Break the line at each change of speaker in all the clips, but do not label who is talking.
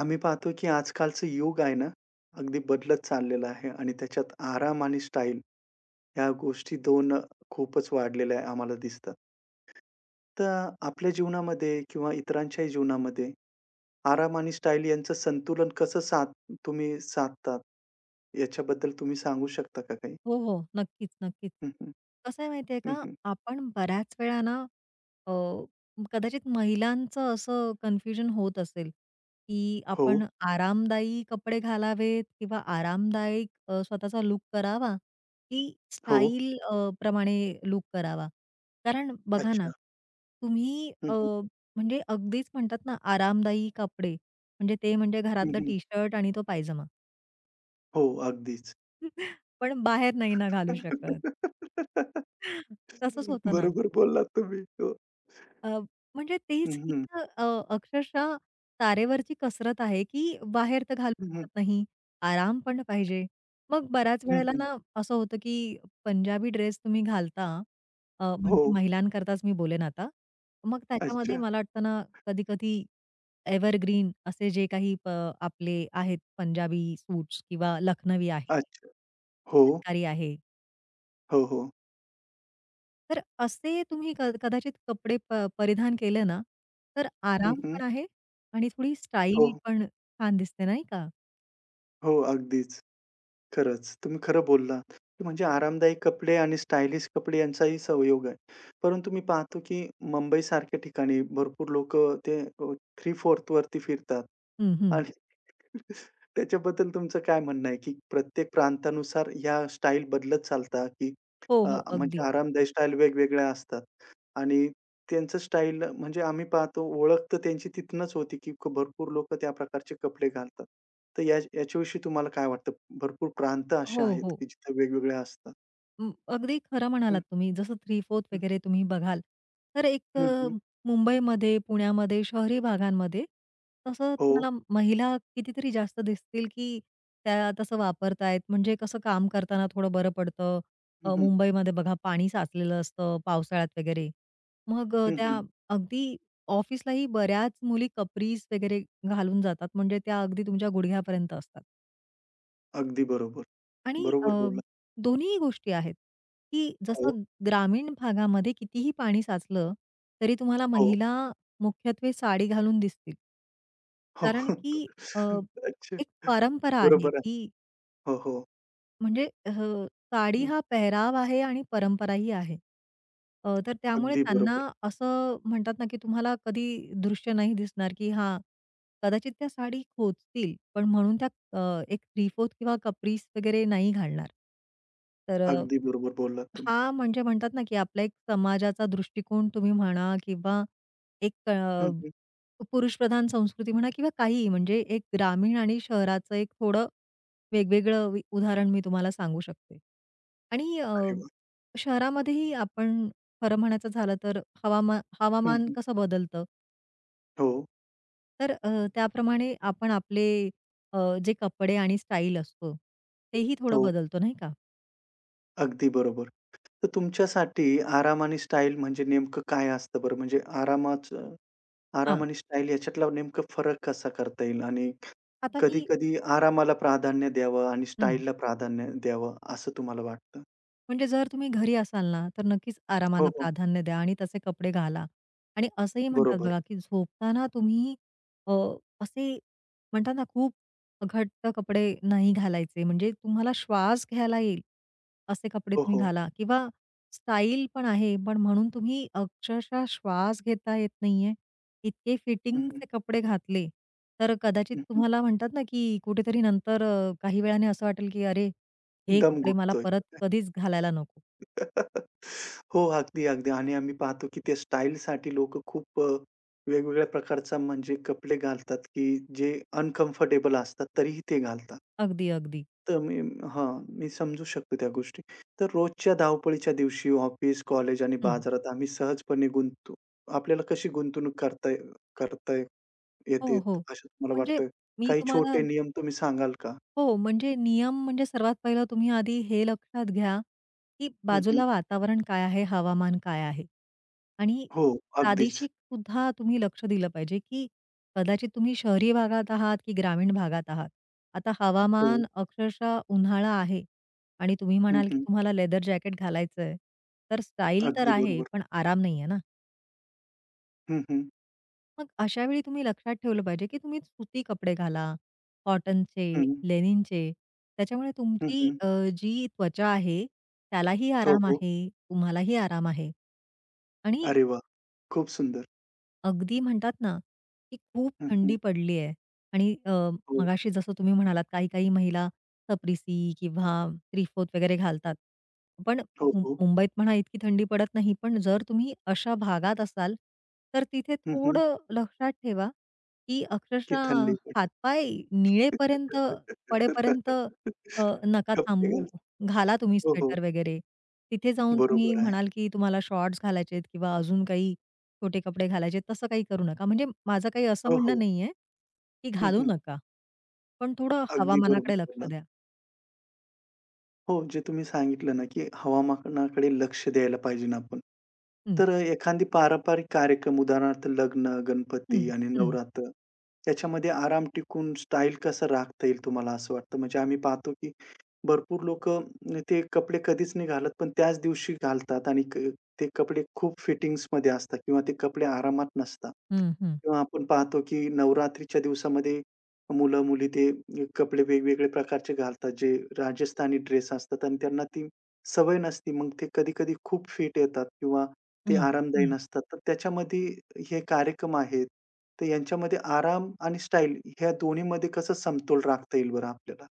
आम्ही पाहतो की आजकालचं युग आहे ना, अगदी बदलत चाललेलं आहे आणि त्याच्यात आराम आणि स्टाईल ह्या गोष्टी 2 खूपच वाढलेल्या आहे आम्हाला दिसतात. तर आपल्या जीवनामध्ये किंवा इतरांच्याही जीवनामध्ये आराम आणि स्टाईल यांचं संतुलन कसं साध तुम्ही साधतात? याच्याबद्दल तुम्ही सांगू शकता का काही?
हो, हो. नक्कीच, नक्कीच.
हं, हं.
कसं आहे माहिती आहे
हं,
का,
हं.
आपण बऱ्याच वेळा ना, अ, कदाचित महिलांचं असं कन्फ्युजन होत असेल, की
हो,
आपण आरामदायी कपडे घालावेत किंवा आरामदायक स्वतःचा लुक करावा, की
हो.
स्टाईल प्रमाणे लूक करावा. कारण बघा ना,
अच्छा.
तुम्ही
हं, हं.
म्हणजे अगदीच म्हणतात ना, आरामदायी कपडे म्हणजे ते म्हणजे
हं,
घरातलं
हं.
टी-शर्ट आणि तो पायजमा.
हो, अगदीच.
पण बाहेर नाही ना घालू शकत. तसंच होतं ना.
बरोबर बोललात तुम्ही. हो.
अ, म्हणजे
हं,
तेच ही
हं.
तर, अक्षरशः तारेवरची कसरत आहे, की बाहेर तर घालू
हं, हं.
शकत नाही. आराम पण पाहिजे. मग बऱ्याच
हं,
वेळेला
हं.
ना असं होतं, की पंजाबी ड्रेस तुम्ही घालता
हो.
म्हणजे महिलांकरताच मी बोलेन आता. मग त्याच्यामध्ये
अच्छा,
मला वाटतं ना कधी-कधी एव्हरग्रीन असे जे काही आपले आहेत पंजाबी सूट्स किंवा लखनवी आहे,
अच्छा. हो,
चिकनकारी आहे.
हो, हो.
तर असे तुम्ही कदाचित कपडे परिधान केले ना, तर हं.
हं,
आराम
हं.
पण आहे आणि थोडी स्टाईल
हो,
पण छान दिसते नाही का?
हो. अगदीच. खरंच, तुम्ही खरं बोललात, की म्हणजे आरामदायी कपडे आणि स्टायलिश कपडे यांचाही संयोग आहे. परंतु मी पाहतो, की मुंबईसारख्या ठिकाणी भरपूर लोक ते थ्री फोर्थ वरती फिरतात
हं, हं.
आणि त्याच्याबद्दल तुमचं काय म्हणणं आहे, की प्रत्येक प्रांतानुसार ह्या स्टाईल बदलत चालतात, की
हो, हो.
म्हणजे
अगदी.
आरामदायी स्टाईल वेगवेगळ्या असतात आणि त्यांचं स्टाईल म्हणजे आम्ही पाहतो ओळख तर त्यांची तिथूनच होती, की भरपूर लोकं त्या प्रकारचे कपडे घालतात. तर या याच्याविषयी तुम्हाला काय वाटतं? भरपूर प्रांत असे
हो,
आहेत,
हो.
की जिथे वेगवेगळ्या असतात.
अगदी खरं
हं,
म्हणालात तुम्ही. जसं थ्री-फोर्थ
हं.
वगैरे तुम्ही बघाल, तर एक
हं, हं.
मुंबईमध्ये, पुण्यामध्ये, शहरी भागांमध्ये तसं
हो.
तुम्हाला महिला कितीतरी जास्त दिसतील, की त्या तसं वापरतायत. म्हणजे कसं काम करताना थोडं बरं पडतं.
हं, हं.
मुंबईमध्ये बघा पाणी साचलेलं असतं पावसाळ्यात वगैरे. मग
हं,
त्या
हं.
अगदी ऑफिसलाही बऱ्याच मुली कपरीज वगैरे घालून जातात. म्हणजे त्या अगदी तुमच्या गुडघ्यापर्यंत असतात.
अगदी बरोबर.
आणि
बरोबर बोललात.
दोन्हीही गोष्टी आहेत, की
हो,
जसं ग्रामीण भागामध्ये कितीही पाणी साचलं, तरी तुम्हाला
हो,
महिला मुख्यत्वे साडी घालून दिसतील.
हो.
कारण की अ,
अच्छा.
एक परंपरा आहे,
बरोबर आहे.
की
हो, हो.
म्हणजे साडी
हं.
हा पेहराव आहे आणि परंपराही आहे. तर त्यामुळे
अगदी
त्यांना
बरोबर.
असं म्हणतात ना, की तुम्हाला कधी दृश्य नाही दिसणार, की हां, कदाचित त्या साडी खोचतील, पण म्हणून त्या एक थ्री-फोर्थ किंवा कपरीस वगैरे नाही घालणार. तर
अगदी बरोबर बोललात तुम्ही.
हा म्हणजे म्हणतात ना, की आपला एक समाजाचा दृष्टिकोन तुम्ही म्हणा किंवा एक
हं, हं.
पुरुषप्रधान संस्कृती म्हणा किंवा काहीही म्हणजे एक ग्रामीण आणि शहराचं एक थोडं वेगवेगळं उदाहरण मी तुम्हाला सांगू शकते. आणि
अरे वाह!
शहरामध्येही आपण खरं म्हणायचं झालं तर
हं,
हवामान
हं.
कसं बदलतं,
हो,
तर त्याप्रमाणे आपण आपले अ, जे कपडे आणि स्टाईल असतो, तेही थोडं
हो.
बदलतो नाही का?
अगदी बरोबर. तर तुमच्यासाठी आराम आणि स्टाईल म्हणजे नेमकं काय असतं बरं? म्हणजे आरामाचं
हां.
आराम आणि स्टाईल याच्यातला नेमकं फरक कसा करता येईल? आणि
आता मी
कधी-कधी आरामाला प्राधान्य द्यावं आणि स्टाईलला प्राधान्य द्यावं, असं तुम्हाला वाटतं?
म्हणजे जर तुम्ही घरी असाल ना, तर नक्कीच
हो,
आरामाला
हो.
प्राधान्य द्या आणि तसे कपडे घाला. आणि असंही म्हणतात
बरोबर.
बघा, की झोपताना तुम्ही अ, असे म्हणतात ना, खूप घट्ट कपडे नाही घालायचे. म्हणजे तुम्हाला श्वास घ्यायला येईल, असे कपडे
हो,
तुम्ही
हो.
घाला किंवा स्टाईल पण आहे, पण म्हणून तुम्ही अक्षरशः श्वास घेता येत नाहीये, इतके
हं, हं.
फिटिंगचे कपडे घातले, तर कदाचित
हं, हं.
तुम्हाला म्हणतात ना, की कुठेतरी नंतर काही वेळाने असं वाटेल, की अरे हे
दम
कपडे मला
घुटतोय.
परत कधीच घालायला नको.
हो, अगदी, अगदी. आणि आम्ही पाहतो, की त्या स्टाईलसाठी लोकं खूप वेगवेगळ्या प्रकारचा म्हणजे कपडे घालतात, की जे अनकम्फर्टेबल असतात, तरीही ते घालतात.
अगदी, अगदी.
तर मी हां, मी समजू शकतो त्या गोष्टी. तर रोजच्या धावपळीच्या दिवशी ऑफिस, कॉलेज आणि
हं.
बाजारात आम्ही सहजपणे गुंतू आपल्याला कशी गुंतवणूक करता ये- करता ये- येते
हो, हो.
असं तुम्हाला
म्हणजे
वाटतं?
मी
काही
तुम्हाला
छोटे नियम तुम्ही सांगाल का?
हो, म्हणजे नियम म्हणजे सर्वात पहिलं तुम्ही आधी हे लक्षात घ्या, की
हं, हं.
बाजूला वातावरण काय आहे, हवामान काय आहे? आणि
हो, अगदीच.
प्रादेशिकसुद्धा तुम्ही लक्ष दिलं पाहिजे, की कदाचित तुम्ही शहरी भागात आहात की ग्रामीण भागात आहात. आता
हो.
हवामान अक्षरशः उन्हाळा आहे आणि तुम्ही
हं,
म्हणाल, की
हं.
तुम्हाला लेदर जॅकेट घालायचंय. तर स्टाईल तर
अगदी
आहे,
बरोबर.
पण आराम नाहीये ना.
हं, हं.
मग अशा वेळी तुम्ही लक्षात ठेवलं पाहिजे, की तुम्ही सुती कपडे घाला, कॉटनचे,
हं.
लेनिनचे. त्याच्यामुळे
हं,
तुमची
हं.
जी त्वचा आहे त्यालाही
हो,
आराम
हो.
आहे, तुम्हालाही आराम आहे. आणि
अरे वाह! खूप सुंदर.
अगदी म्हणतात ना, की खूप
हं, हं.
थंडी पडली आहे आणि
हो.
मगाशी जसं तुम्ही म्हणालात, काही-काही महिला सप्रिसी किंवा त्रिफोत वगैरे घालतात. पण
हो, हो.
मुंबईत म्हणा इतकी थंडी पडत नाही. पण जर तुम्ही अशा भागात असाल, तर तिथे
हं, हं.
थोडं लक्षात ठेवा, की
की
अक्षरशः
थंडी पडते.
हातपाय निळेपर्यंत पडेपर्यंत नका
कपडे
थांबू.
घाल
घाला तुम्ही
हो, हो.
स्वेटर वगैरे. तिथे जाऊन तुम्ही
बरोबर आहे.
म्हणाल, की तुम्हाला शॉर्ट्स घालायचे किंवा अजून काही छोटे कपडे घालायचे तसं काही करू नका. म्हणजे माझं काही असं
हो,
म्हणणं
हो.
नाहीये, की
हं,
घालू
हं.
नका. पण थोडं
अगदी बरोबर
हवामानाकडे लक्ष
बोललात.
द्या.
हो, जे तुम्ही सांगितलं ना, की हवामानाकडे लक्ष द्यायला पाहिजे आपण.
हं,
तर एखादी पारंपरिक कार्यक्रम उदाहरणार्थ लग्न, गणपती
हं,
आणि
हं,
नवरात्र याच्यामध्ये आराम टिकून स्टाईल कसं राखता येईल तुम्हाला असं वाटतं? म्हणजे आम्ही पाहतो, की भरपूर लोकं ते कपडे कधीच नाही घालत, पण त्याच दिवशी घालतात आणि क ते कपडे खूप फिटिंग्समध्ये असतात किंवा ते कपडे आरामात नसतात.
हं, हं,
किंवा आपण पाहतो, की नवरात्रीच्या दिवसामध्ये मुलं-मुली ते कपडे वेगवेगळे प्रकारचे घालतात, जे राजस्थानी ड्रेस असतात आणि त्यांना ती सवय नसती, मग ते कधी-कधी खूप फिट येतात किंवा ते
हं,
आरामदायी
हं.
नसतात. तर त्याच्यामध्ये हे कार्यक्रम आहेत, तर यांच्यामध्ये आराम आणि स्टाईल ह्या दोन्हीमध्ये कसं समतोल राखता येईल बरं आपल्याला?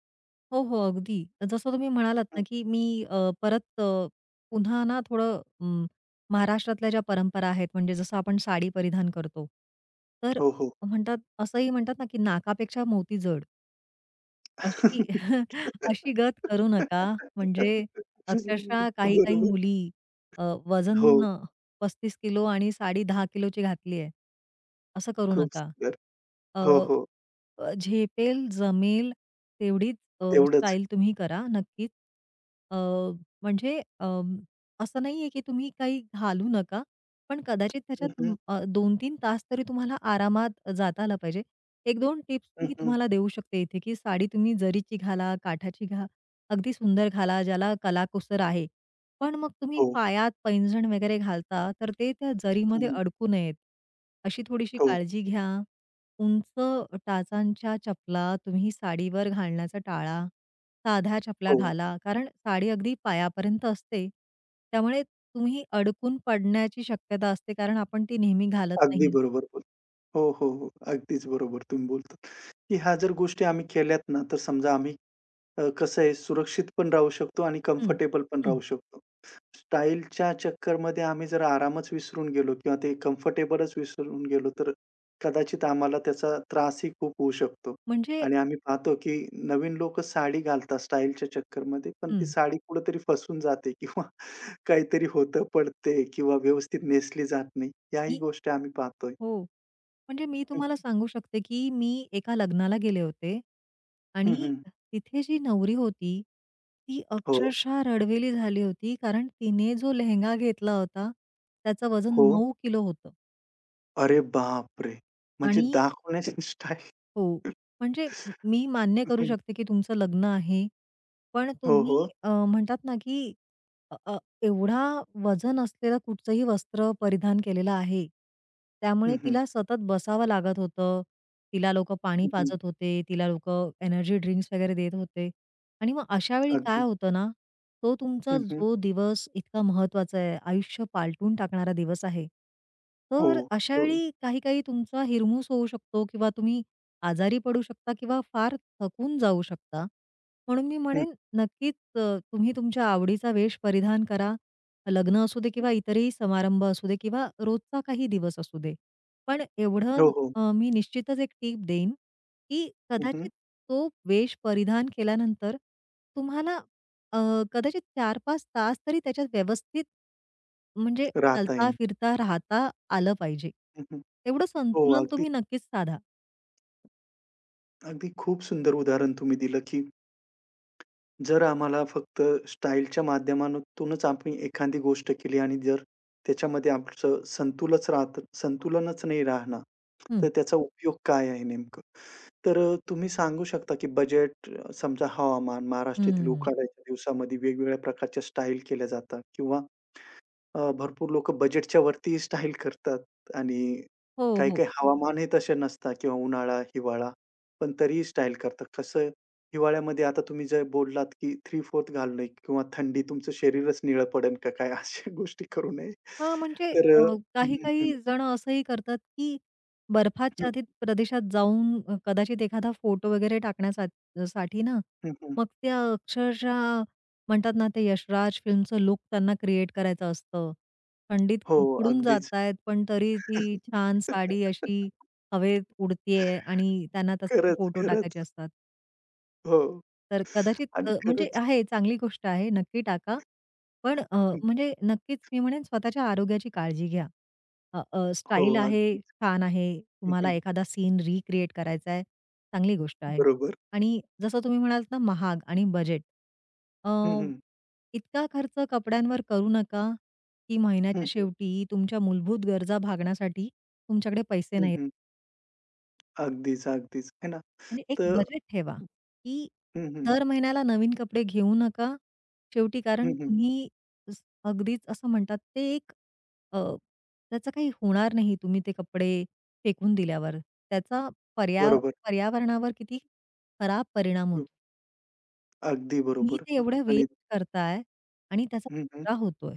हो, हो. अगदी. जसं तुम्ही म्हणालात
हं.
ना, की मी अ, परत अ, पुन्हा ना थोडं महाराष्ट्रातल्या ज्या परंपरा आहेत म्हणजे जसं आपण साडी परिधान करतो. तर
हो, हो.
असंही म्हणतात ना, की नाकापेक्षा मोती जड. अशी अशी गत करू नका. म्हणजे अक्षरशः काही-काही
बरोबर.
मुली
हो,
वजन 35 किलो आणि साडी 10 किलोची घातली आहे. असं करू
खूप
नका.
सुंदर.
अ,
हो, हो.
अ, झेपेल, जमेल तेवढीच
तेवढंच.
स्टाईल तुम्ही करा नक्कीच. अ, म्हणजे असं नाहीये की तुम्ही काही घालू नका. पण कदाचित त्याच्यात
हं, हं.
2-3 तास तरी तुम्हाला आरामात जाता आला पाहिजे. एक दोन टिप्स मी
हं,
तुम्हाला देऊ शकते इथे, की साडी तुम्ही जरीची घाला, काठाची घाला, अगदी सुंदर घाला, ज्याला कलाकुसर आहे. पण मग तुम्ही
हो.
पायात पैंजण वगैरे घालता, तर ते त्या जरीमध्ये
हं,
अडकू नयेत, अशी थोडीशी
हो,
काळजी घ्या. उंच टाचांच्या चपला तुम्ही साडीवर घालण्याचं टाळा. साध्या चपला
हो.
घाला, कारण साडी अगदी पायापर्यंत असते. त्यामुळे तुम्ही अडकून पडण्याची शक्यता असते, कारण आपण ती नेहमी घालत
अगदी
नाही.
बरोबर बोल हो, हो, हो. अगदीच बरोबर तुम्ही बोलतात, की ह्या जर गोष्टी आम्ही केल्यात ना, तर समजा आम्ही कसं आहे सुरक्षित पण राहू शकतो आणि
हं,
कम्फर्टेबल पण राहू
हं.
शकतो. स्टाईलच्या चक्करमध्ये आम्ही जर आरामच विसरून गेलो किंवा ते कम्फर्टेबलच विसरून गेलो, तर कदाचित आम्हाला त्याचा त्रासही खूप होऊ शकतो.
म्हणजे
आणि आम्ही पाहतो, की नवीन लोकं साडी घालतात स्टाईलच्या चक्करमध्ये, पण ती
हं.
साडी कुठेतरी फसून जाते किंवा काहीतरी होतं, पडते किंवा व्यवस्थित नेसली जात नाही. याही
मी
गोष्टी आम्ही पाहतोय.
हो. म्हणजे मी तुम्हाला सांगू शकते, की मी एका लग्नाला गेले होते
हं,
आणि
हं.
तिथे जी नवरी होती, ती
हो,
अक्षरशः रडवेली झाली होती. कारण तिने जो लेहेंगा घेतला होता, त्याचं वजन
हो.
9 किलो होतं
अरे बापरे! म्हणजे
आणि
दाखवण्याची स्टाईल.
हो. म्हणजे मी मान्य करू
हं,
शकते, की तुमचं लग्न आहे. पण
हो,
तुम्ही
हो.
म्हणतात ना, की अ, अ, एवढा वजन असलेलं कुठचंही वस्त्र परिधान केलेलं आहे.
हं,
त्यामुळे
हं.
तिला सतत बसावं लागत होतं. तिला लोकं पाणी
हं, हं.
पाजत होते. तिला लोकं एनर्जी ड्रिंक्स वगैरे देत होते. आणि मग अशा वेळी काय
अगदी.
होतं ना, तो तुमचा
हं, हं.
जो दिवस इतका महत्त्वाचा आहे, आयुष्य पालटून टाकणारा दिवस आहे.
हो,
तर अशा
हो.
वेळी काही-काही तुमचा हिरमूस होऊ शकतो किंवा तुम्ही आजारी पडू शकता किंवा फार थकून जाऊ शकता. म्हणून मी
हं.
म्हणेन नक्कीच तुम्ही तुमच्या आवडीचा वेश परिधान करा. लग्न असू दे किंवा इतरही समारंभ असू दे किंवा रोजचा काही दिवस असू दे. पण एवढं
हो, हो.
मी निश्चितच एक टीप देईन, की
हं, हं.
कदाचित तो वेश परिधान केल्यानंतर तुम्हाला अ, कदाचित 4-5 तास तरी त्याच्यात व्यवस्थित म्हणजे
राहता
चालता,
येईल.
फिरता, राहता आलं पाहिजे.
हं, हं.
तेवढं
हो,
संतुलन
अगदी,
तुम्ही नक्कीच साधा.
अगदी खूप सुंदर उदाहरण तुम्ही दिलं, की जर आम्हाला फक्त स्टाईलच्या माध्यमातूनच आम्ही एखादी गोष्ट केली आणि जर त्याच्यामध्ये आमचं संतुलच राहत संतुलनच नाही राहणार, तर
हं.
त्याचा उपयोग काय आहे नेमकं? तर तुम्ही सांगू शकता की बजेट समजा हवामान, महाराष्ट्रातील
हं.
उकाड्याच्या दिवसामध्ये वेगवेगळ्या प्रकारच्या स्टाईल केल्या जातात किंवा भरपूर लोकं बजेटच्या वरती स्टाईल करतात आणि
हो, हो.
काही-काही हं. हवामानही तसे नसतात किंवा उन्हाळा, हिवाळा, पण तरीही स्टाईल करतात. कसं हिवाळ्यामध्ये आता तुम्ही जे बोललात, की 3/4 घालणे किंवा थंडी तुमचं शरीरच निळं पडेल का काय अशा गोष्टी करू नये.
हां, म्हणजे
तर अ, हं, हं,
काही-काही जण असंही करतात, की
हं,
बर्फाच्छादित प्रदेशात जाऊन कदाचित एखादा फोटो वगैरे साठी ना,
हं, हं.
मग त्या अक्षरशः म्हणतात ना, ते यशराज फिल्मचं लूक त्यांना क्रिएट करायचं असतं. थंडीत
हो,
कुडकुडून
अगदीच.
जातायत, पण तरी ती छान साडी अशी हवेत उडतीये आणि त्यांना तसे ते
खरंच,
फोटो टाकायचे
खरंच.
असतात.
हो.
तर कदाचित
आणि
म्हणजे
खरंच.
आहे चांगली गोष्ट आहे, नक्की टाका. पण म्हणजे नक्कीच मी म्हणेन स्वतःच्या आरोग्याची काळजी घ्या. अ, अ,
हो,
स्टाईल आहे,
अगदीच.
छान आहे.
हं,
तुम्हाला
हं.
एखादा सीन रिक्रिएट करायचा आहे, चांगली गोष्ट आहे.
बरोबर.
आणि जसं तुम्ही म्हणालात ना महाग आणि बजेट. अ,
हं, हं.
इतका खर्च कपड्यांवर करू नका, की
हं,
महिन्याच्या
हं.
शेवटी तुमच्या मूलभूत गरजा भागण्यासाठी तुमच्याकडे पैसे नाहीत.
हं, अगदीच, अगदीच. आहे ना?
म्हणजे एक
तर
बजेट ठेवा, की
हं, हं.
दर महिन्याला नवीन कपडे घेऊ नका. शेवटी
हं,
कारण
हं.
तुम्ही स अगदीच असं म्हणतात ते एक अ, त्याचं काही होणार नाही तुम्ही ते कपडे फेकून दिल्यावर. त्याचा पर्या
बरोबर.
पर्यावरणावर किती खराब परिणाम
हं.
होतो.
अगदी
तुम्ही
बरोबर.
ते
हां.
एवढं
आणि
वेस्ट करताय आणि त्याचा
हं, हं.
कचरा होतोय.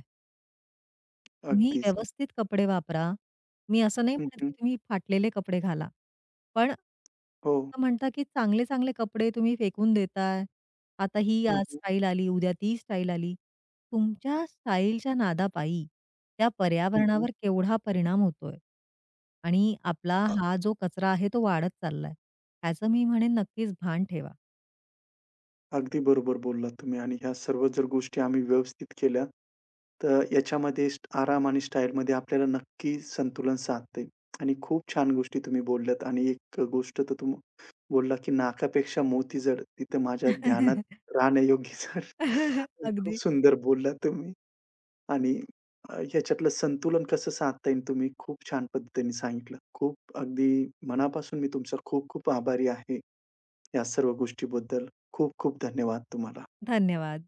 तुम्ही
अगदीच.
व्यवस्थित कपडे वापरा. मी असं नाही
हं,
म्हणत, की
हं.
तुम्ही फाटलेले कपडे घाला. पण
हो.
असं म्हणता, की चांगले-चांगले कपडे तुम्ही फेकून देताय. आता ही
हं,
आज
हं.
स्टाईल आली, उद्या ती स्टाईल आली. तुमच्या स्टाईलच्या नादापायी त्या
हं, हं.
पर्यावरणावर केवढा परिणाम होतोय. आणि आपला
अ,
हा जो कचरा आहे तो वाढत चाललाय. ह्याचं मी म्हणेन नक्कीच भान ठेवा.
अगदी बरोबर बोललात तुम्ही आणि ह्या सर्व जर गोष्टी आम्ही व्यवस्थित केल्या, तर याच्यामध्ये स्ट आराम आणि स्टाईलमध्ये आपल्याला नक्की संतुलन साधता आणि खूप छान गोष्टी तुम्ही बोलल्यात आणि एक गोष्ट तर तुम्ही बोलला, की नाकापेक्षा मोती जड. ती तर माझ्या ध्यानात राहण्यायोग्य झाली. खूप
अगदी.
सुंदर बोललात तुम्ही. आणि ह्याच्यातलं संतुलन कसं साधता येईल तुम्ही खूप छान पद्धतीने सांगितलं. खूप अगदी मनापासून मी तुमचा खूप-खूप आभारी आहे, या सर्व गोष्टीबद्दल. खूप-खूप धन्यवाद तुम्हाला.
धन्यवाद.